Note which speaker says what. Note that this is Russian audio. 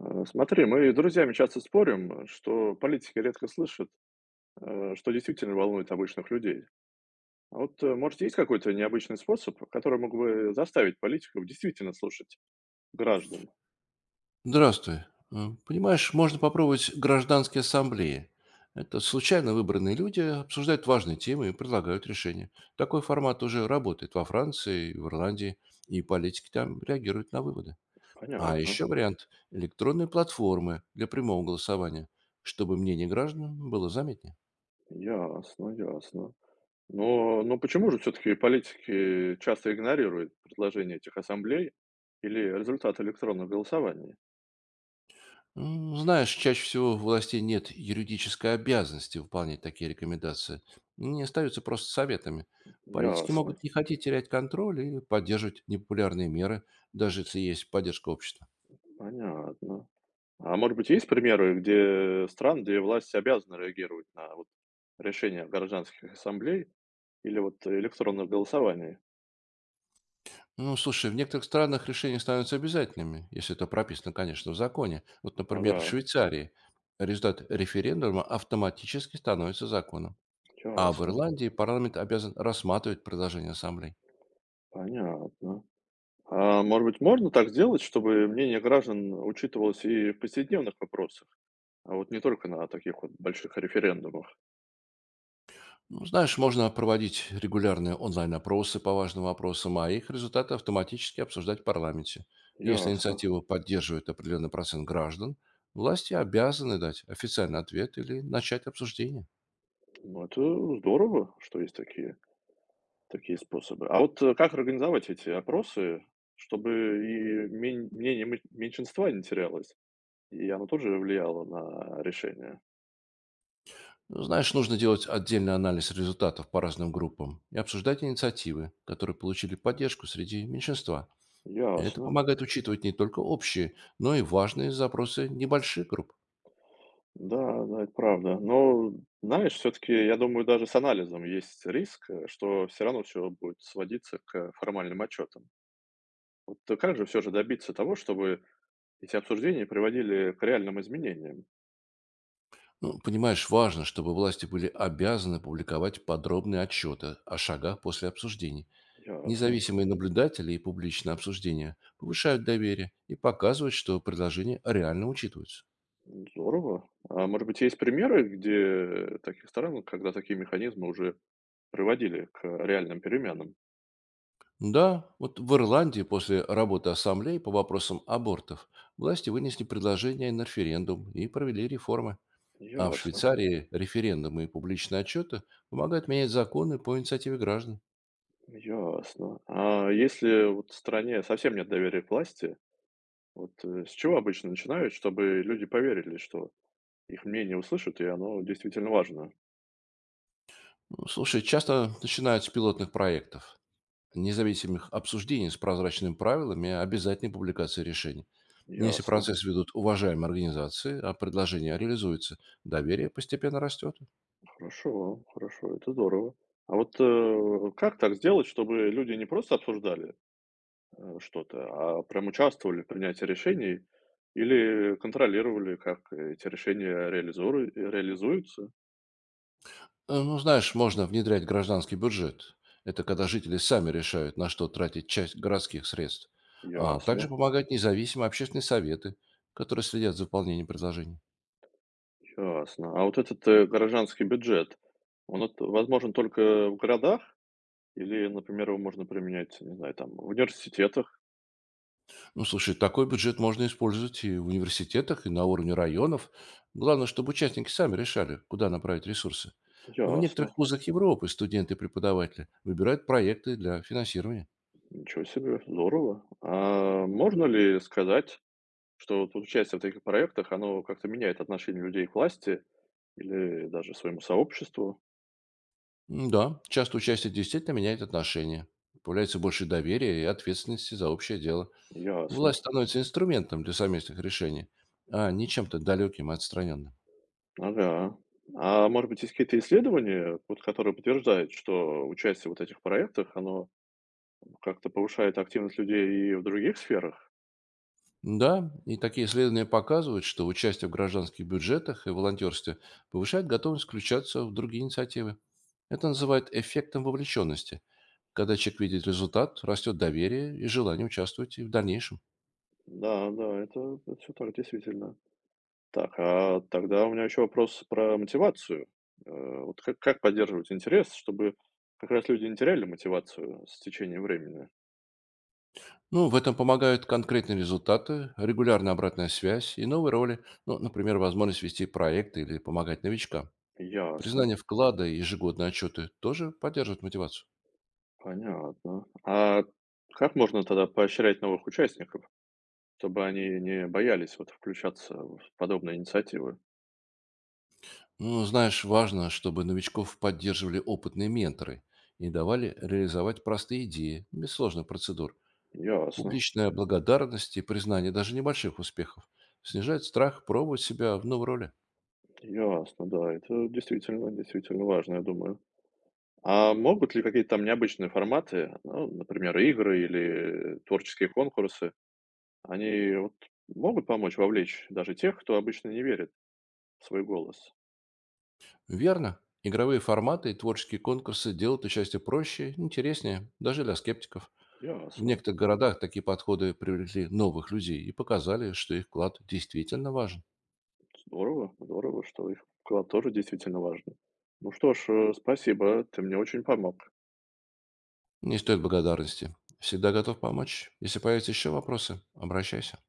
Speaker 1: Смотри, мы с друзьями часто спорим, что политики редко слышат, что действительно волнует обычных людей. А вот, может, есть какой-то необычный способ, который мог бы заставить политиков действительно слушать граждан?
Speaker 2: Здравствуй. Понимаешь, можно попробовать гражданские ассамблеи. Это случайно выбранные люди обсуждают важные темы и предлагают решения. Такой формат уже работает во Франции, в Ирландии, и политики там реагируют на выводы. А
Speaker 1: Понятно.
Speaker 2: еще вариант– электронные платформы для прямого голосования, чтобы мнение граждан было заметнее.
Speaker 1: Ясно, ясно. Но почему же все-таки политики часто игнорируют предложения этих ассамблей или результаты электронных голосований?
Speaker 2: Знаешь, чаще всего у властей нет юридической обязанности выполнять такие рекомендации. Они остаются просто советами. Политики
Speaker 1: Ясно,
Speaker 2: могут не хотеть терять контроль или поддерживать непопулярные меры, даже если есть поддержка общества.
Speaker 1: понятно. А может быть, есть примеры, где стран, где власти обязаны реагировать на вот решения гражданских ассамблей или вот электронное голосование?
Speaker 2: Ну, слушай, в некоторых странах решения становятся обязательными, если это прописано, конечно, в законе. Вот,
Speaker 1: Ага,
Speaker 2: например, в Швейцарии результат референдума автоматически становится законом, а в
Speaker 1: ясно,
Speaker 2: Ирландии парламент обязан рассматривать предложение ассамблеи.
Speaker 1: понятно. А может быть, можно так сделать, чтобы мнение граждан учитывалось и в повседневных вопросах, а вот не только на таких вот больших референдумах?
Speaker 2: Ну, знаешь, можно проводить регулярные онлайн-опросы по важным вопросам, а их результаты автоматически обсуждать в парламенте. И если
Speaker 1: Ясно.
Speaker 2: инициативу поддерживает определенный процент граждан, власти обязаны дать официальный ответ или начать обсуждение.
Speaker 1: Ну, это здорово, что есть такие, такие способы. А вот как организовать эти опросы, чтобы и мнение меньшинства не терялось? И оно тоже влияло на решение.
Speaker 2: Ну, знаешь, нужно делать отдельный анализ результатов по разным группам и обсуждать инициативы, которые получили поддержку среди меньшинства. Это
Speaker 1: Ясно.
Speaker 2: помогает учитывать не только общие, но и важные запросы небольших групп.
Speaker 1: Да, да, это правда. Но, знаешь, все-таки, я думаю, даже с анализом есть риск, что все равно все будет сводиться к формальным отчетам. Вот как же все же добиться того, чтобы эти обсуждения приводили к реальным изменениям?
Speaker 2: Ну, понимаешь, важно, чтобы власти были обязаны публиковать подробные отчеты о шагах после обсуждений.
Speaker 1: Ясно.
Speaker 2: Независимые наблюдатели и публичные обсуждения повышают доверие и показывают, что предложения реально учитываются.
Speaker 1: Здорово. А может быть, есть примеры, где таких сторон, когда такие механизмы уже приводили к реальным переменам?
Speaker 2: Да, вот в Ирландии после работы ассамблеи по вопросам абортов власти вынесли предложение на референдум и провели реформы. А в
Speaker 1: Ясно.
Speaker 2: Швейцарии референдумы и публичные отчеты помогают менять законы по инициативе граждан.
Speaker 1: Ясно. А если вот в стране совсем нет доверия к власти, вот с чего обычно начинают, чтобы люди поверили, что их мнение услышат, и оно действительно важно?
Speaker 2: Ну, слушай, часто начинают с пилотных проектов, независимых обсуждений с прозрачными правилами и обязательной публикации решений. Если
Speaker 1: Ясно.
Speaker 2: процесс ведут уважаемые организации, а предложение реализуется, доверие постепенно растет.
Speaker 1: Хорошо, хорошо, это здорово. А вот как так сделать, чтобы люди не просто обсуждали что-то, а прям участвовали в принятии решений или контролировали, как эти решения реализуются?
Speaker 2: Ну, знаешь, можно внедрять гражданский бюджет. Это когда жители сами решают, на что тратить часть городских средств. А также
Speaker 1: Ясно.
Speaker 2: помогать независимые общественные советы, которые следят за выполнением предложений.
Speaker 1: Ясно. А вот этот, горожанский бюджет, он от возможен только в городах или, например, его можно применять, не знаю, там в университетах?
Speaker 2: Ну, слушай, такой бюджет можно использовать и в университетах, и на уровне районов. Главное, чтобы участники сами решали, куда направить ресурсы. В
Speaker 1: Ясно.
Speaker 2: некоторых вузах Европы студенты и преподаватели выбирают проекты для финансирования.
Speaker 1: Ничего себе, здорово. А можно ли сказать, что вот участие в таких проектах, оно как-то меняет отношение людей к власти или даже своему сообществу?
Speaker 2: Да, часто участие действительно меняет отношения. Появляется больше доверия и ответственности за общее дело.
Speaker 1: Ясно.
Speaker 2: Власть становится инструментом для совместных решений, а не чем-то далеким и отстраненным.
Speaker 1: Ага. А может быть, есть какие-то исследования, вот которые подтверждают, что участие вот этих проектах, оно как-то повышает активность людей и в других сферах?
Speaker 2: Да, и такие исследования показывают, что участие в гражданских бюджетах и волонтерстве повышает готовность включаться в другие инициативы. Это называют эффектом вовлеченности. Когда человек видит результат, растет доверие и желание участвовать и в дальнейшем.
Speaker 1: Да, да, это всё так, действительно. Так, а тогда у меня еще вопрос про мотивацию. Вот как поддерживать интерес, чтобы как раз люди не теряли мотивацию с течением времени?
Speaker 2: Ну, в этом помогают конкретные результаты, регулярная обратная связь и новые роли, ну, например, возможность вести проекты или помогать новичкам.
Speaker 1: Ясно,
Speaker 2: Признание вклада и ежегодные отчеты тоже поддерживают мотивацию.
Speaker 1: понятно. А как можно тогда поощрять новых участников, чтобы они не боялись вот включаться в подобные инициативы?
Speaker 2: Ну, знаешь, важно, чтобы новичков поддерживали опытные менторы и давали реализовать простые идеи, без сложных процедур.
Speaker 1: Ясно,
Speaker 2: Публичная благодарность и признание даже небольших успехов снижает страх пробовать себя в новой роли.
Speaker 1: ясно, да, это действительно, действительно важно, я думаю. А могут ли какие-то там необычные форматы, ну, например, игры или творческие конкурсы, они вот могут помочь вовлечь даже тех, кто обычно не верит в свой голос?
Speaker 2: Верно, игровые форматы и творческие конкурсы делают участие проще, интереснее, даже для скептиков. В
Speaker 1: Ясно.
Speaker 2: некоторых городах такие подходы привлекли новых людей и показали, что их вклад действительно важен.
Speaker 1: Здорово, здорово, что их вклад тоже действительно важен. Ну что ж, спасибо, ты мне очень помог.
Speaker 2: Не стоит благодарности. Всегда готов помочь. Если появятся еще вопросы, обращайся.